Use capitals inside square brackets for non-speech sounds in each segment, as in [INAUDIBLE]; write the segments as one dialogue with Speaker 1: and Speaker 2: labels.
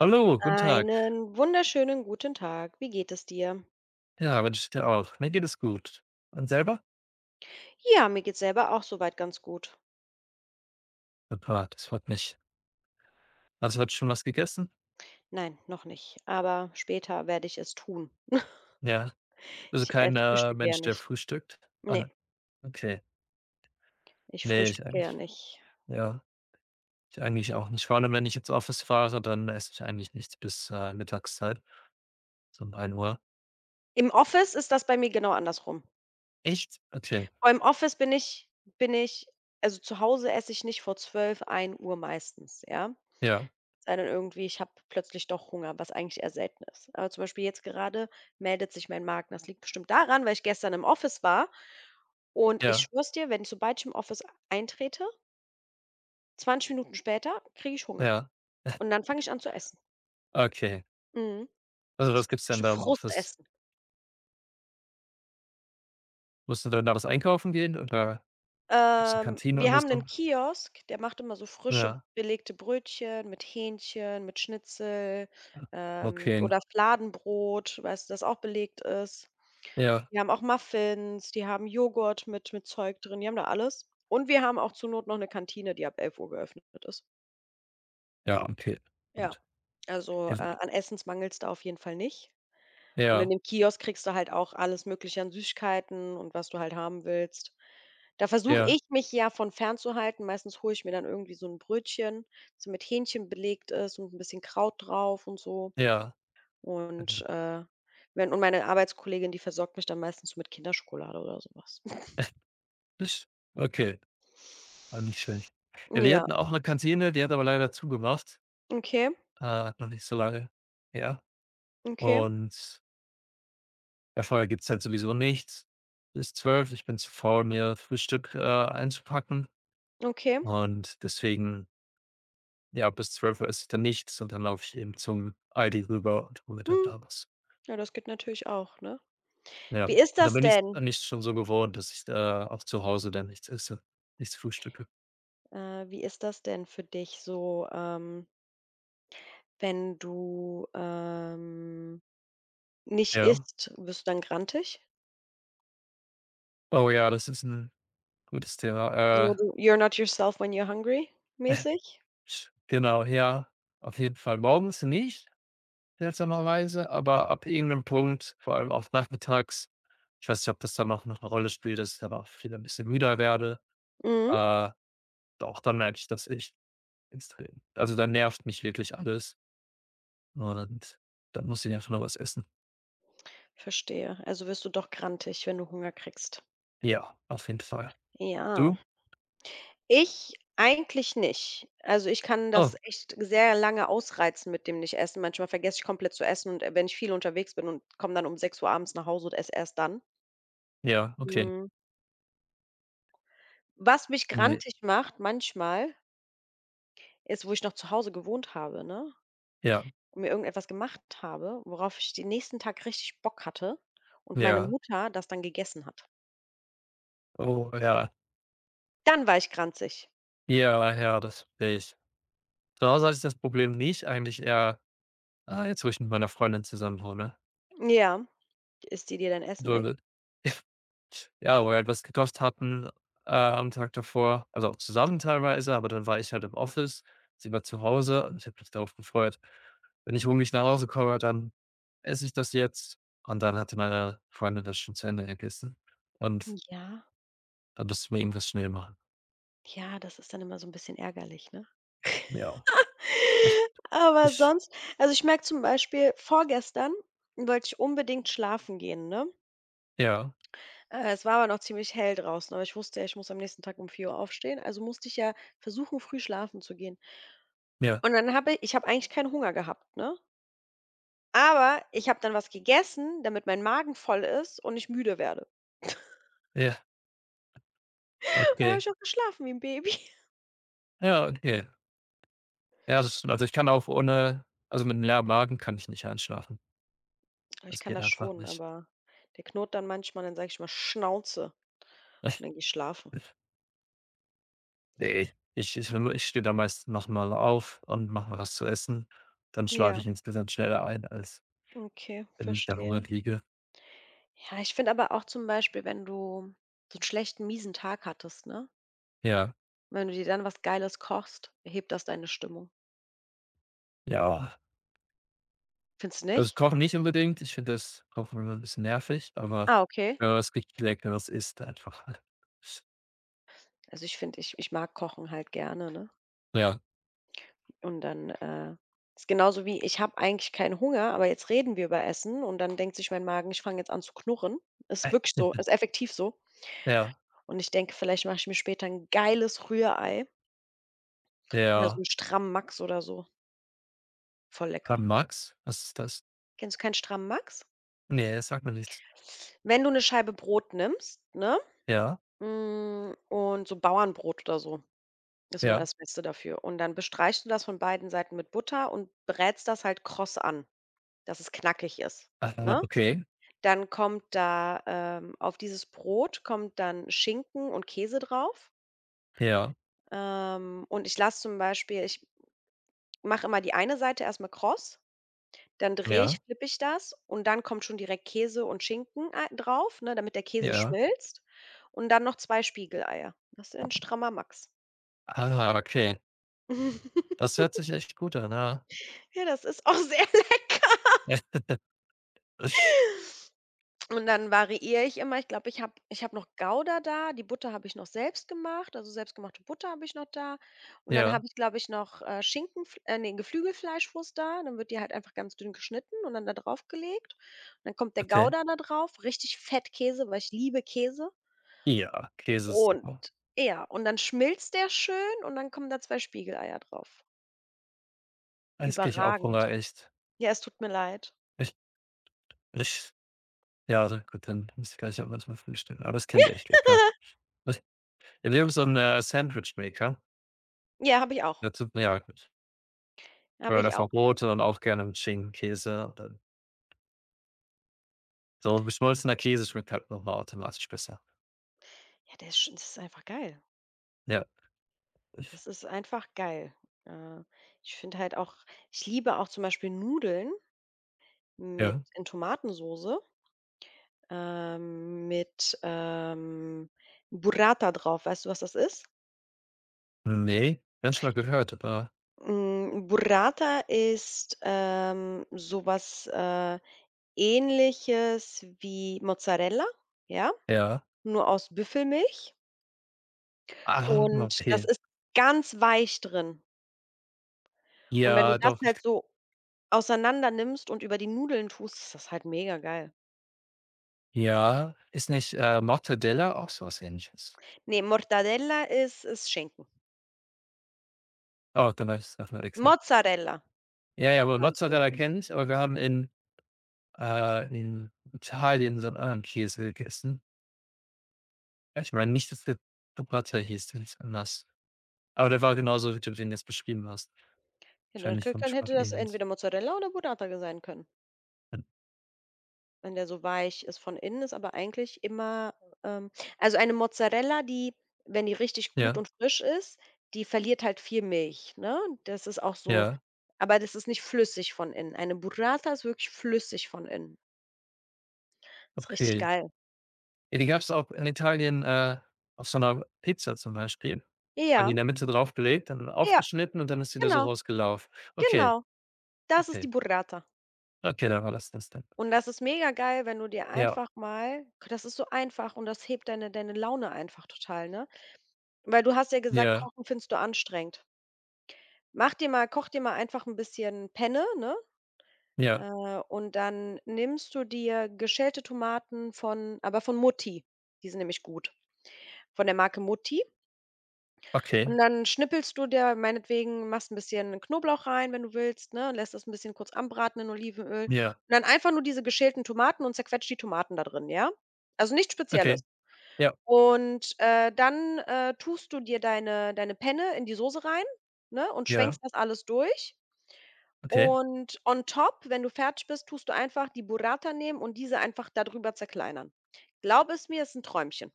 Speaker 1: Hallo, guten Tag.
Speaker 2: Einen wunderschönen guten Tag. Wie geht es dir?
Speaker 1: Ja, wünsche ich dir auch. Mir geht es gut. Und selber?
Speaker 2: Ja, mir geht's selber auch soweit ganz gut.
Speaker 1: Super, das freut mich. Hast du heute schon was gegessen?
Speaker 2: Nein, noch nicht, aber später werde ich es tun.
Speaker 1: Ja. Also
Speaker 2: Ich
Speaker 1: kein,
Speaker 2: frühstücke ja
Speaker 1: Mensch, der
Speaker 2: nicht.
Speaker 1: frühstückt? Ah,
Speaker 2: Ne,
Speaker 1: ne. Okay.
Speaker 2: ich
Speaker 1: Ne,
Speaker 2: frühstücke ja nicht.
Speaker 1: ja, ich eigentlich auch nicht. Vor allem, wenn ich ins Office fahre, dann esse ich eigentlich nichts bis, Mittagszeit, so um 1 Uhr.
Speaker 2: Im Office ist das bei mir genau andersrum.
Speaker 1: Echt? Okay.
Speaker 2: Beim Office bin ich also, zu Hause esse ich nicht vor 12, 1 Uhr meistens, ja?
Speaker 1: Ja,
Speaker 2: Sei dann irgendwie, ich habe plötzlich doch Hunger, was eigentlich eher selten ist. Aber zum Beispiel jetzt gerade meldet sich mein Magen. Das liegt bestimmt daran, weil ich gestern im Office war. Und ich
Speaker 1: ja,
Speaker 2: schwör's dir, wenn sobald ich im Office eintrete, 20 Minuten später kriege ich Hunger.
Speaker 1: ja.
Speaker 2: Und dann fange ich an zu essen.
Speaker 1: Okay.
Speaker 2: Mhm.
Speaker 1: Also, was
Speaker 2: Das
Speaker 1: gibt's denn
Speaker 2: frische
Speaker 1: da im Office?
Speaker 2: Frustessen.
Speaker 1: Musst du dann da was einkaufen gehen oder gibt's eine Kantine
Speaker 2: Wir
Speaker 1: oder
Speaker 2: haben einen
Speaker 1: so?
Speaker 2: Kiosk, der macht immer so frische
Speaker 1: Ja,
Speaker 2: belegte Brötchen mit Hähnchen, mit Schnitzel,
Speaker 1: okay.
Speaker 2: oder Fladenbrot, weißt du, das auch belegt ist.
Speaker 1: Ja.
Speaker 2: Die haben auch Muffins, die haben Joghurt mit Zeug drin, die haben da alles. Und wir haben auch zur Not noch eine Kantine, die ab 11 Uhr geöffnet ist.
Speaker 1: Ja, okay,
Speaker 2: Ja,
Speaker 1: gut.
Speaker 2: also,
Speaker 1: Ja,
Speaker 2: an Essens mangelt's da auf jeden Fall nicht. Und in
Speaker 1: ja,
Speaker 2: dem Kiosk kriegst du halt auch alles Mögliche an Süßigkeiten und was du halt haben willst. Da versuche
Speaker 1: ja,
Speaker 2: ich, mich ja von fernzuhalten. Meistens hole ich mir dann irgendwie so ein Brötchen, das so mit Hähnchen belegt ist und ein bisschen Kraut drauf und so.
Speaker 1: ja.
Speaker 2: Und,
Speaker 1: [LAUGHS]
Speaker 2: wenn und meine Arbeitskollegin, die versorgt mich dann meistens so mit Kinderschokolade oder sowas. [LAUGHS]
Speaker 1: Okay, war nicht schlecht. Ja, wir
Speaker 2: Ja.
Speaker 1: hatten auch eine Kantine, die hat aber leider zugemacht,
Speaker 2: Okay,
Speaker 1: hat noch nicht so lange. Ja,
Speaker 2: okay,
Speaker 1: und ja, vorher gibt's halt sowieso nichts bis 12. Ich bin zu faul, mir Frühstück, einzupacken
Speaker 2: okay.
Speaker 1: und deswegen, ja, bis 12 esse ich dann nichts und dann laufe ich eben zum Aldi rüber und hole mir dann
Speaker 2: Hm,
Speaker 1: da was.
Speaker 2: ja, das geht natürlich auch, ne?
Speaker 1: Ja,
Speaker 2: Wie ist
Speaker 1: und dann
Speaker 2: das
Speaker 1: bin ich
Speaker 2: denn?
Speaker 1: nicht schon so gewohnt, dass ich da auch zu Hause dann nichts esse, nichts frühstücke.
Speaker 2: Wie ist das denn für dich so, wenn du, nicht
Speaker 1: Ja.
Speaker 2: isst, wirst du dann grantig?
Speaker 1: Oh ja, das ist 'n gutes Thema.
Speaker 2: So,
Speaker 1: Äh,
Speaker 2: du „You're not yourself when you're hungry“ mäßig?
Speaker 1: genau, ja, auf jeden Fall morgens nicht, seltsamerweise, aber ab irgendeinem Punkt, vor allem auch nachmittags, ich weiß nicht, ob das dann auch noch eine Rolle spielt, dass ich dann auch wieder ein bisschen müder werde.
Speaker 2: Mhm,
Speaker 1: Äh, Doch, dann merke ich das echt extrem. Also, dann nervt mich wirklich alles und dann muss ich einfach noch was essen.
Speaker 2: verstehe. Also wirst du doch grantig, wenn du Hunger kriegst.
Speaker 1: Ja, auf jeden Fall.
Speaker 2: Ja.
Speaker 1: Du?
Speaker 2: Ich eigentlich nicht. Also, ich kann
Speaker 1: Oh,
Speaker 2: das echt sehr lange ausreizen mit dem Nicht-Essen. Manchmal vergesse ich komplett zu essen und, wenn ich viel unterwegs bin und komme dann um 6 Uhr abends nach Hause und esse erst dann.
Speaker 1: ja, okay.
Speaker 2: Mhm. Was mich
Speaker 1: Ne,
Speaker 2: grantig macht manchmal, ist, wo ich noch zu Hause gewohnt habe, ne,
Speaker 1: ja,
Speaker 2: und mir irgendetwas gemacht habe, worauf ich den nächsten Tag richtig Bock hatte und meine
Speaker 1: ja.
Speaker 2: Mutter das dann gegessen hat.
Speaker 1: Oh, ja.
Speaker 2: Dann war ich grantig.
Speaker 1: Ja, ja, das verstehe ich. Zu Hause hatte ich das Problem nicht, eigentlich eher. Ah, jetzt, wo ich mit meiner Freundin zusammen wohne.
Speaker 2: Ja. Isst die dir dein Essen weg?
Speaker 1: [LAUGHS] Ja, wo wir etwas was gekocht hatten, am Tag davor, also auch zusammen teilweise, aber dann war ich halt im Office, sie war zu Hause und ich habe mich darauf gefreut. Wenn ich hungrig nach Hause komme, dann esse ich das jetzt. Und dann hatte meine Freundin das schon zu Ende gegessen. Und
Speaker 2: Ja,
Speaker 1: dann mussten wir irgendwas schnell machen.
Speaker 2: ja, das ist dann immer so ein bisschen ärgerlich, ne?
Speaker 1: Ja. [LAUGHS]
Speaker 2: Aber
Speaker 1: Ich
Speaker 2: sonst also, ich merke zum Beispiel, vorgestern wollte ich unbedingt schlafen gehen, ne?
Speaker 1: Ja,
Speaker 2: Es war aber noch ziemlich hell draußen, aber ich wusste ja, ich muss am nächsten Tag um 4 Uhr aufstehen, also musste ich ja versuchen, früh schlafen zu gehen.
Speaker 1: ja,
Speaker 2: Und dann habe ich habe eigentlich keinen Hunger gehabt, ne? Aber ich habe dann was gegessen, damit mein Magen voll ist und ich müde werde.
Speaker 1: ja,
Speaker 2: [LAUGHS] Da habe
Speaker 1: okay.
Speaker 2: ich auch geschlafen wie ein Baby. [LAUGHS]
Speaker 1: Ja, okay. Ja, das stimmt. Also, ich kann auch ohne. Also, mit einem leeren Magen kann ich nicht einschlafen.
Speaker 2: Aber ich
Speaker 1: Das
Speaker 2: kann
Speaker 1: geht
Speaker 2: das
Speaker 1: einfach
Speaker 2: schon,
Speaker 1: nicht.
Speaker 2: aber der knurrt dann manchmal, dann sage ich mal „Schnauze!“ und dann gehe
Speaker 1: [LAUGHS]
Speaker 2: ich schlafen.
Speaker 1: Ne, ich stehe da meistens noch mal auf und mache mir was zu essen. Dann schlafe
Speaker 2: Ja,
Speaker 1: ich insgesamt schneller ein, als
Speaker 2: okay,
Speaker 1: wenn ich da hungrig
Speaker 2: verstehe.
Speaker 1: liege.
Speaker 2: Ja, ich finde aber auch zum Beispiel, wenn du so einen schlechten, miesen Tag hattest, ne?
Speaker 1: Ja,
Speaker 2: Wenn du dir dann was Geiles kochst, hebt das deine Stimmung.
Speaker 1: ja.
Speaker 2: Findest du
Speaker 1: Also,
Speaker 2: nicht?
Speaker 1: Kochen nicht unbedingt. Ich finde das Kochen immer ein bisschen nervig, aber
Speaker 2: Ah, okay.
Speaker 1: wenn man was richtig Leckeres isst einfach.
Speaker 2: Also, ich finde ich ich mag Kochen halt gerne, ne?
Speaker 1: Ja.
Speaker 2: Und dann, ist genauso wie ich habe eigentlich keinen Hunger, aber jetzt reden wir über Essen und dann denkt sich mein Magen: „Ich fange jetzt an zu knurren.“ Ist wirklich so, ist
Speaker 1: [LAUGHS]
Speaker 2: effektiv so.
Speaker 1: Ja,
Speaker 2: Und ich denke, vielleicht mache ich mir später ein geiles Rührei oder so
Speaker 1: ja.
Speaker 2: 'n Strammax oder so. Voll
Speaker 1: Krav
Speaker 2: lecker.
Speaker 1: Max? Was ist das?
Speaker 2: Kennst du keinen Strammax?
Speaker 1: Ne, sagt mir nichts.
Speaker 2: Wenn du eine Scheibe Brot nimmst, ne?
Speaker 1: Ja,
Speaker 2: Hm, und so Bauernbrot oder so ist immer
Speaker 1: ja.
Speaker 2: das Beste dafür. Und dann bestreichst du das von beiden Seiten mit Butter und brätst das halt kross an, dass es knackig ist,
Speaker 1: Ah,
Speaker 2: ne?
Speaker 1: okay.
Speaker 2: Dann kommt da, auf dieses Brot kommt dann Schinken und Käse drauf.
Speaker 1: Ja,
Speaker 2: Und ich lasse zum Beispiel ich mache immer die eine Seite erst mal kross, dann drehe ich,
Speaker 1: ja,
Speaker 2: flippe ich das und dann kommt schon direkt Käse und Schinken ei drauf, ne, damit der Käse
Speaker 1: ja.
Speaker 2: schmilzt und dann noch 2 Spiegeleier. Das ist ein strammer Max.
Speaker 1: Ah, okay.
Speaker 2: [LAUGHS]
Speaker 1: Das hört sich echt gut an, ja.
Speaker 2: Ja, das ist auch [LAUGHS] sehr lecker.
Speaker 1: Ja.
Speaker 2: Und dann variiere ich immer. Ich glaube, ich habe noch Gouda da, die Butter habe ich noch selbst gemacht, also selbstgemachte Butter habe ich noch da. Und dann
Speaker 1: Ja,
Speaker 2: habe ich, glaube ich, noch, Geflügelfleischwurst da. Dann wird die halt einfach ganz dünn geschnitten und dann da drauf gelegt. Und dann kommt der
Speaker 1: okay.
Speaker 2: Gouda da drauf, richtig Fettkäse, weil ich liebe Käse.
Speaker 1: Ja, Käse ist super.
Speaker 2: Und ja, und dann schmilzt der schön und dann kommen da 2 Spiegeleier drauf.
Speaker 1: Jetzt kriege ich auch Hunger,
Speaker 2: Überragend.
Speaker 1: echt.
Speaker 2: Ja, es tut mir leid.
Speaker 1: Ich ich Ja, also gut, dann muss ich gleich auch was mal frühstücken, aber das klingt echt lecker.
Speaker 2: [LAUGHS]
Speaker 1: Ich ich nehme so 'n, Sandwichmaker.
Speaker 2: Ja, habe ich auch.
Speaker 1: Der tut mir ja gut. Oder
Speaker 2: Habe ich
Speaker 1: einfach
Speaker 2: auch.
Speaker 1: Brote und auch gerne mit Schinkenkäse und dann so geschmolzener Käse schmeckt halt noch mal automatisch besser.
Speaker 2: Ja, der ist sch das ist einfach geil.
Speaker 1: Ja. Ich,
Speaker 2: Das ist einfach geil. Äh, Ich finde halt auch ich liebe auch zum Beispiel Nudeln
Speaker 1: ja.
Speaker 2: mit in Tomatensoße, mit Burrata drauf. Weißt du, was das ist?
Speaker 1: Nee, ganz nicht mal gehört, aber
Speaker 2: Hm, Burrata ist, so äh, Ähnliches wie Mozzarella, ja,
Speaker 1: ja.
Speaker 2: nur aus Büffelmilch
Speaker 1: Ah,
Speaker 2: und das
Speaker 1: okay.
Speaker 2: ist ganz weich drin. Und wenn du
Speaker 1: Ja,
Speaker 2: das
Speaker 1: doch, ich
Speaker 2: halt so auseinander nimmst und über die Nudeln tust, ist das halt mega geil.
Speaker 1: ja. Ist nicht, Mortadella auch so was Ähnliches?
Speaker 2: Ne, Mortadella ist Schinken.
Speaker 1: Oh, dann weiß ich noch Excel.
Speaker 2: Mozzarella
Speaker 1: Ja, ja, aber
Speaker 2: meinst du?
Speaker 1: Mozzarella kenne ich, aber wir haben in Italien so einen anderen Käse gegessen. Ja, ich meine nicht, dass der Ciabatta hieß, der ist anders. Aber der war genauso, wie du den jetzt beschrieben hast.
Speaker 2: Ja, dann
Speaker 1: Wahrscheinlich
Speaker 2: k
Speaker 1: vom
Speaker 2: dann
Speaker 1: Geschmack
Speaker 2: hätte das
Speaker 1: ähnlich.
Speaker 2: entweder Mozzarella oder Burrata sein können, wenn der so weich ist von innen, ist aber eigentlich immer, ähm also eine Mozzarella, die, wenn die richtig gut
Speaker 1: Ja,
Speaker 2: und frisch ist, die verliert halt viel Milch, ne? Das ist auch so,
Speaker 1: ja,
Speaker 2: aber das ist nicht flüssig von innen. Eine Burrata ist wirklich flüssig von innen. Ist richtig
Speaker 1: okay.
Speaker 2: geil.
Speaker 1: Ja, die gab es auch in Italien, auf so einer Pizza zum Beispiel. Waren die
Speaker 2: Ja,
Speaker 1: in der Mitte draufgelegt, dann
Speaker 2: ja,
Speaker 1: aufgeschnitten und dann ist die da so
Speaker 2: genau,
Speaker 1: rausgelaufen. Okay,
Speaker 2: genau. Das ist die
Speaker 1: okay,
Speaker 2: Burrata.
Speaker 1: okay, da war das dann.
Speaker 2: Und das ist mega geil, wenn du dir
Speaker 1: Ja,
Speaker 2: einfach mal das ist so einfach und das hebt deine Laune einfach total, ne? Weil du hast ja gesagt,
Speaker 1: ja,
Speaker 2: Kochen findest du anstrengend. Mach dir mal koch dir mal einfach ein bisschen Penne, ne?
Speaker 1: ja,
Speaker 2: Und dann nimmst du dir geschälte Tomaten von Mutti. Die sind nämlich gut, von der Marke Mutti. Und
Speaker 1: okay,
Speaker 2: dann schnippelst du dir meinetwegen machst ein bisschen Knoblauch rein, wenn du willst, ne, lässt das ein bisschen kurz anbraten in Olivenöl und
Speaker 1: ja,
Speaker 2: dann einfach nur diese geschälten Tomaten und zerquetscht die Tomaten da drin, ja? Also, nichts Spezielles.
Speaker 1: okay. Ja,
Speaker 2: Und, dann tust du dir deine Penne in die Soße rein, ne, und schwenkst
Speaker 1: ja,
Speaker 2: das alles durch.
Speaker 1: okay.
Speaker 2: Und on top, wenn du fertig bist, tust du einfach die Burrata nehmen und diese einfach darüber zerkleinern. Glaub es mir, ist ein Träumchen.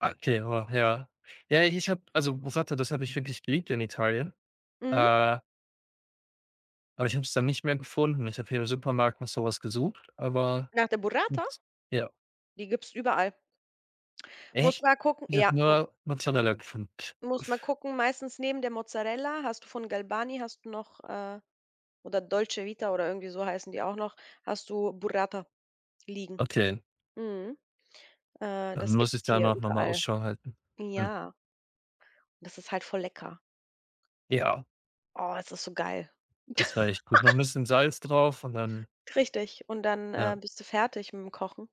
Speaker 1: Ah, okay, wow, ja. Ja, ich habe also Burrata, das habe ich wirklich geliebt in Italien,
Speaker 2: Mhm.
Speaker 1: äh, aber ich habe es dann nicht mehr gefunden. Ich habe hier im Supermarkt nach sowas gesucht, aber
Speaker 2: Nach der Burrata,
Speaker 1: nix. Ja.
Speaker 2: die gibt's überall. Muss
Speaker 1: Echt?
Speaker 2: mal gucken
Speaker 1: Ich
Speaker 2: ja.
Speaker 1: habe nur Mozzarella gefunden.
Speaker 2: Muss man gucken, meistens neben der Mozzarella hast du von Galbani hast du noch, oder Dolce Vita oder irgendwie so heißen die auch noch, hast du Burrata liegen.
Speaker 1: Okay,
Speaker 2: Mhm.
Speaker 1: dann
Speaker 2: Das
Speaker 1: muss ich
Speaker 2: gibt's hier
Speaker 1: danach noch mal
Speaker 2: überall.
Speaker 1: Ausschau halten. Hm,
Speaker 2: Ja, das ist halt voll lecker.
Speaker 1: ja,
Speaker 2: Oh, es ist so geil.
Speaker 1: das war
Speaker 2: [LAUGHS]
Speaker 1: echt gut. Noch ein bisschen Salz drauf und dann
Speaker 2: Richtig. Und dann,
Speaker 1: ja.
Speaker 2: bist du fertig mit dem Kochen.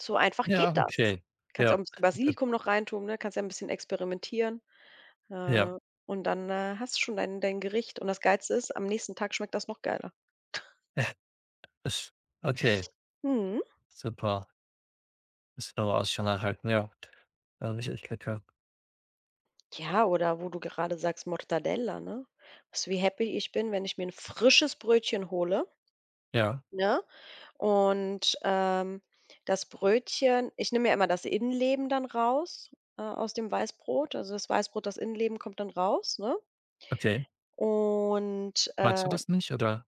Speaker 2: So einfach geht
Speaker 1: Ja,
Speaker 2: das.
Speaker 1: okay.
Speaker 2: Kannst auch
Speaker 1: Ja,
Speaker 2: 'n bisschen Basilikum noch reintun, ne? Kannst ja ein bisschen experimentieren. Äh,
Speaker 1: ja.
Speaker 2: und dann, hast du schon dein Gericht. Und das Geilste ist, am nächsten Tag schmeckt das noch geiler.
Speaker 1: [LAUGHS] Okay,
Speaker 2: Mhm.
Speaker 1: super. Bisschen noch Ausschau nach halten, ja. Ah, nicht Ewigkeit, ja.
Speaker 2: Ja, oder wo du gerade sagst, Mortadella, ne? Was wie happy ich bin, wenn ich mir ein frisches Brötchen hole,
Speaker 1: Ja,
Speaker 2: ne? Und, das Brötchen ich nehme ja immer das Innenleben dann raus, aus dem Weißbrot. Also, das Weißbrot, das Innenleben kommt dann raus, ne?
Speaker 1: okay.
Speaker 2: Und,
Speaker 1: Magst du das nicht oder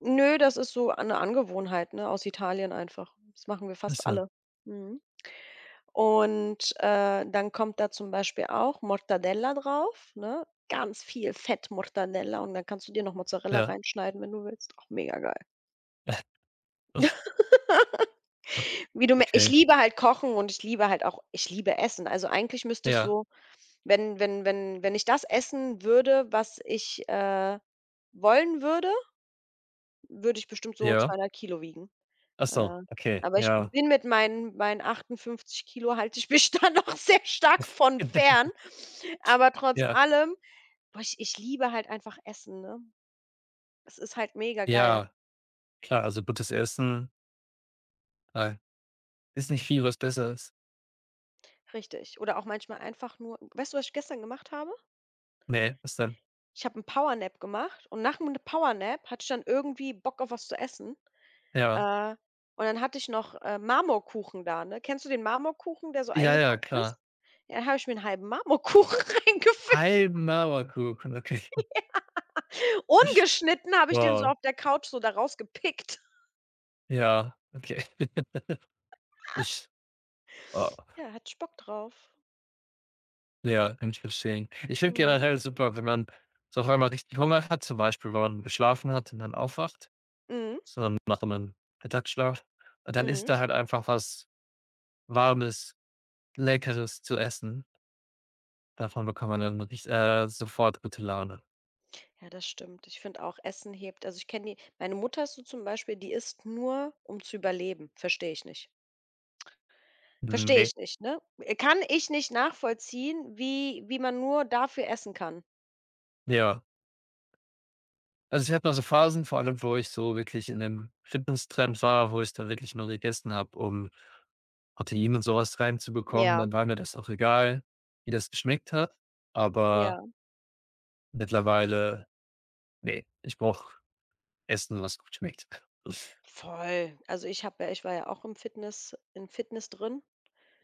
Speaker 2: nö, das ist so eine Angewohnheit, ne, aus Italien einfach. Das machen wir
Speaker 1: ach
Speaker 2: fast
Speaker 1: so,
Speaker 2: alle. Mhm. Und, dann kommt da zum Beispiel auch Mortadella drauf, ne? Ganz viel Fett Mortadella und dann kannst du dir noch Mozzarella
Speaker 1: ja.
Speaker 2: reinschneiden, wenn du willst. Auch mega geil.
Speaker 1: [LAUGHS]
Speaker 2: Wie du me Ich
Speaker 1: Okay,
Speaker 2: liebe halt Kochen und ich liebe halt auch ich liebe Essen. Also, eigentlich müsste ich
Speaker 1: ja,
Speaker 2: so wenn ich das essen würde, was ich, wollen würde, würde ich bestimmt so
Speaker 1: ja.
Speaker 2: 200 Kilo wiegen.
Speaker 1: Ach so,
Speaker 2: Äh,
Speaker 1: okay,
Speaker 2: aber ich
Speaker 1: ja.
Speaker 2: bin mit meinen 58 Kilo halte ich mich [LAUGHS] da noch sehr stark von fern.
Speaker 1: [LAUGHS]
Speaker 2: Aber trotz
Speaker 1: Ja,
Speaker 2: allem boah, ich liebe halt einfach Essen, ne? Es ist halt mega geil.
Speaker 1: ja, klar, also gutes Essen, äh, ist nicht viel, was besser ist.
Speaker 2: Richtig. Oder auch manchmal einfach nur weißt du, was ich gestern gemacht habe?
Speaker 1: Ne, was dann.
Speaker 2: Ich habe einen Power Nap gemacht und nach 'm Power Nap hatte ich dann irgendwie Bock auf was zu essen.
Speaker 1: Ja.
Speaker 2: Äh, und dann hatte ich noch, Marmorkuchen da, ne? Kennst du den Marmorkuchen, der so
Speaker 1: Ja, ja,
Speaker 2: eingepackt
Speaker 1: klar.
Speaker 2: ist? Ja, dann habe ich mir einen halben Marmorkuchen [LAUGHS] reingepfiffen.
Speaker 1: Halben Mauerkuchen, okay. [LAUGHS]
Speaker 2: Ungeschnitten habe ich den so
Speaker 1: Wow,
Speaker 2: auf der Couch so da rausgepickt.
Speaker 1: ja, okay. [LAUGHS] Ich, oh,
Speaker 2: Ja, hat Bock drauf.
Speaker 1: ja, kann ich verstehen. Ich finde
Speaker 2: Mhm.
Speaker 1: generell super, wenn man so auf einmal richtig Hunger hat, zum Beispiel, wenn man geschlafen hat und dann aufwacht.
Speaker 2: Mhm.
Speaker 1: Sondern mache meinen Mittagsschlaf. Und dann ist
Speaker 2: Mhm.
Speaker 1: da halt einfach was Warmes, Leckeres zu essen. Davon bekommt man dann richt sofort gute Laune.
Speaker 2: Ja, das stimmt. Ich finde auch, Essen hebt also, ich kenne die meine Mutter ist so zum Beispiel, die isst nur, um zu überleben. Verstehe ich nicht. Verstehe
Speaker 1: Ne.
Speaker 2: ich nicht, ne? Kann ich nicht nachvollziehen, wie man nur dafür essen kann.
Speaker 1: Ja. Also, ich hatte mal so Phasen, vor allem, wo ich so wirklich in einem Fitness-Trend war, wo ich dann wirklich nur gegessen habe, um Protein und sowas reinzubekommen.
Speaker 2: Ja,
Speaker 1: Dann war mir das auch egal, wie das geschmeckt hat.
Speaker 2: ja.
Speaker 1: Aber mittlerweile, nee, ich brauche Essen, was gut schmeckt. [LAUGHS]
Speaker 2: Voll. Also, ich war ja auch im Fitness in Fitness drin,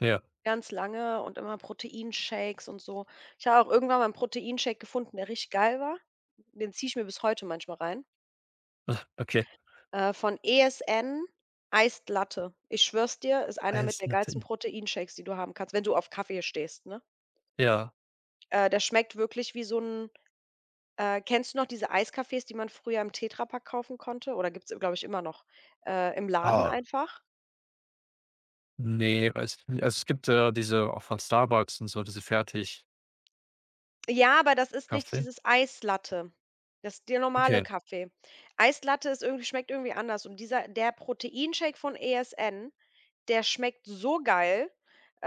Speaker 1: Ja,
Speaker 2: ganz lange und immer Proteinshakes und so. Ich habe auch irgendwann mal einen Proteinshake gefunden, der richtig geil war. Den ziehe ich mir bis heute manchmal rein.
Speaker 1: okay.
Speaker 2: Von ESN Iced Latte. Ich schwörs dir, ist einer mit
Speaker 1: Alles
Speaker 2: der geilsten
Speaker 1: natürlich.
Speaker 2: Proteinshakes, die du haben kannst, wenn du auf Kaffee stehst, ne?
Speaker 1: Ja.
Speaker 2: Der schmeckt wirklich wie so 'n kennst du noch diese Eiskaffees, die man früher im Tetrapack kaufen konnte? Oder gibt's, glaube ich, immer noch, im Laden
Speaker 1: Ah.
Speaker 2: einfach?
Speaker 1: Nee, weiß ich nicht. Also, es gibt, diese auch von Starbucks und so, diese Fertigkaffee.
Speaker 2: Ja, aber das ist nicht dieses Eislatte. Das ist der normale
Speaker 1: Okay.
Speaker 2: Kaffee. Eislatte ist irgendwie schmeckt irgendwie anders und dieser der Proteinshake von ESN, der schmeckt so geil.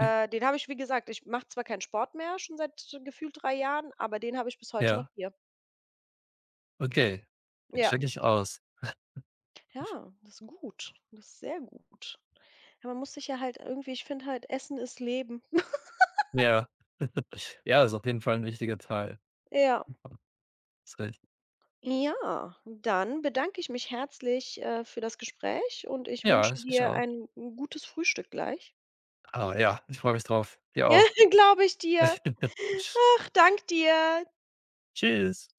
Speaker 1: Hm,
Speaker 2: Den habe ich, wie gesagt ich mache zwar keinen Sport mehr, schon seit gefühlt 3 Jahren, aber den habe ich bis heute noch
Speaker 1: ja,
Speaker 2: hier.
Speaker 1: okay. Den
Speaker 2: Ja.
Speaker 1: checke ich aus.
Speaker 2: Ja, das ist gut. Das ist sehr gut. Ja, man muss sich ja halt irgendwie ich finde halt, Essen ist Leben. [LAUGHS]
Speaker 1: Ja. [LAUGHS] Ja, ist auf jeden Fall ein wichtiger Teil
Speaker 2: Ja.
Speaker 1: davon. Recht.
Speaker 2: Ja, dann bedanke ich mich herzlich, für das Gespräch und ich
Speaker 1: Ja,
Speaker 2: wünsche
Speaker 1: ich mich
Speaker 2: dir
Speaker 1: auch.
Speaker 2: ein hm, gutes Frühstück gleich.
Speaker 1: Ah, ja, ich freue mich drauf. Dir auch.
Speaker 2: [LAUGHS] Glaube ich dir.
Speaker 1: [LAUGHS]
Speaker 2: Ach, danke dir.
Speaker 1: Tschüss.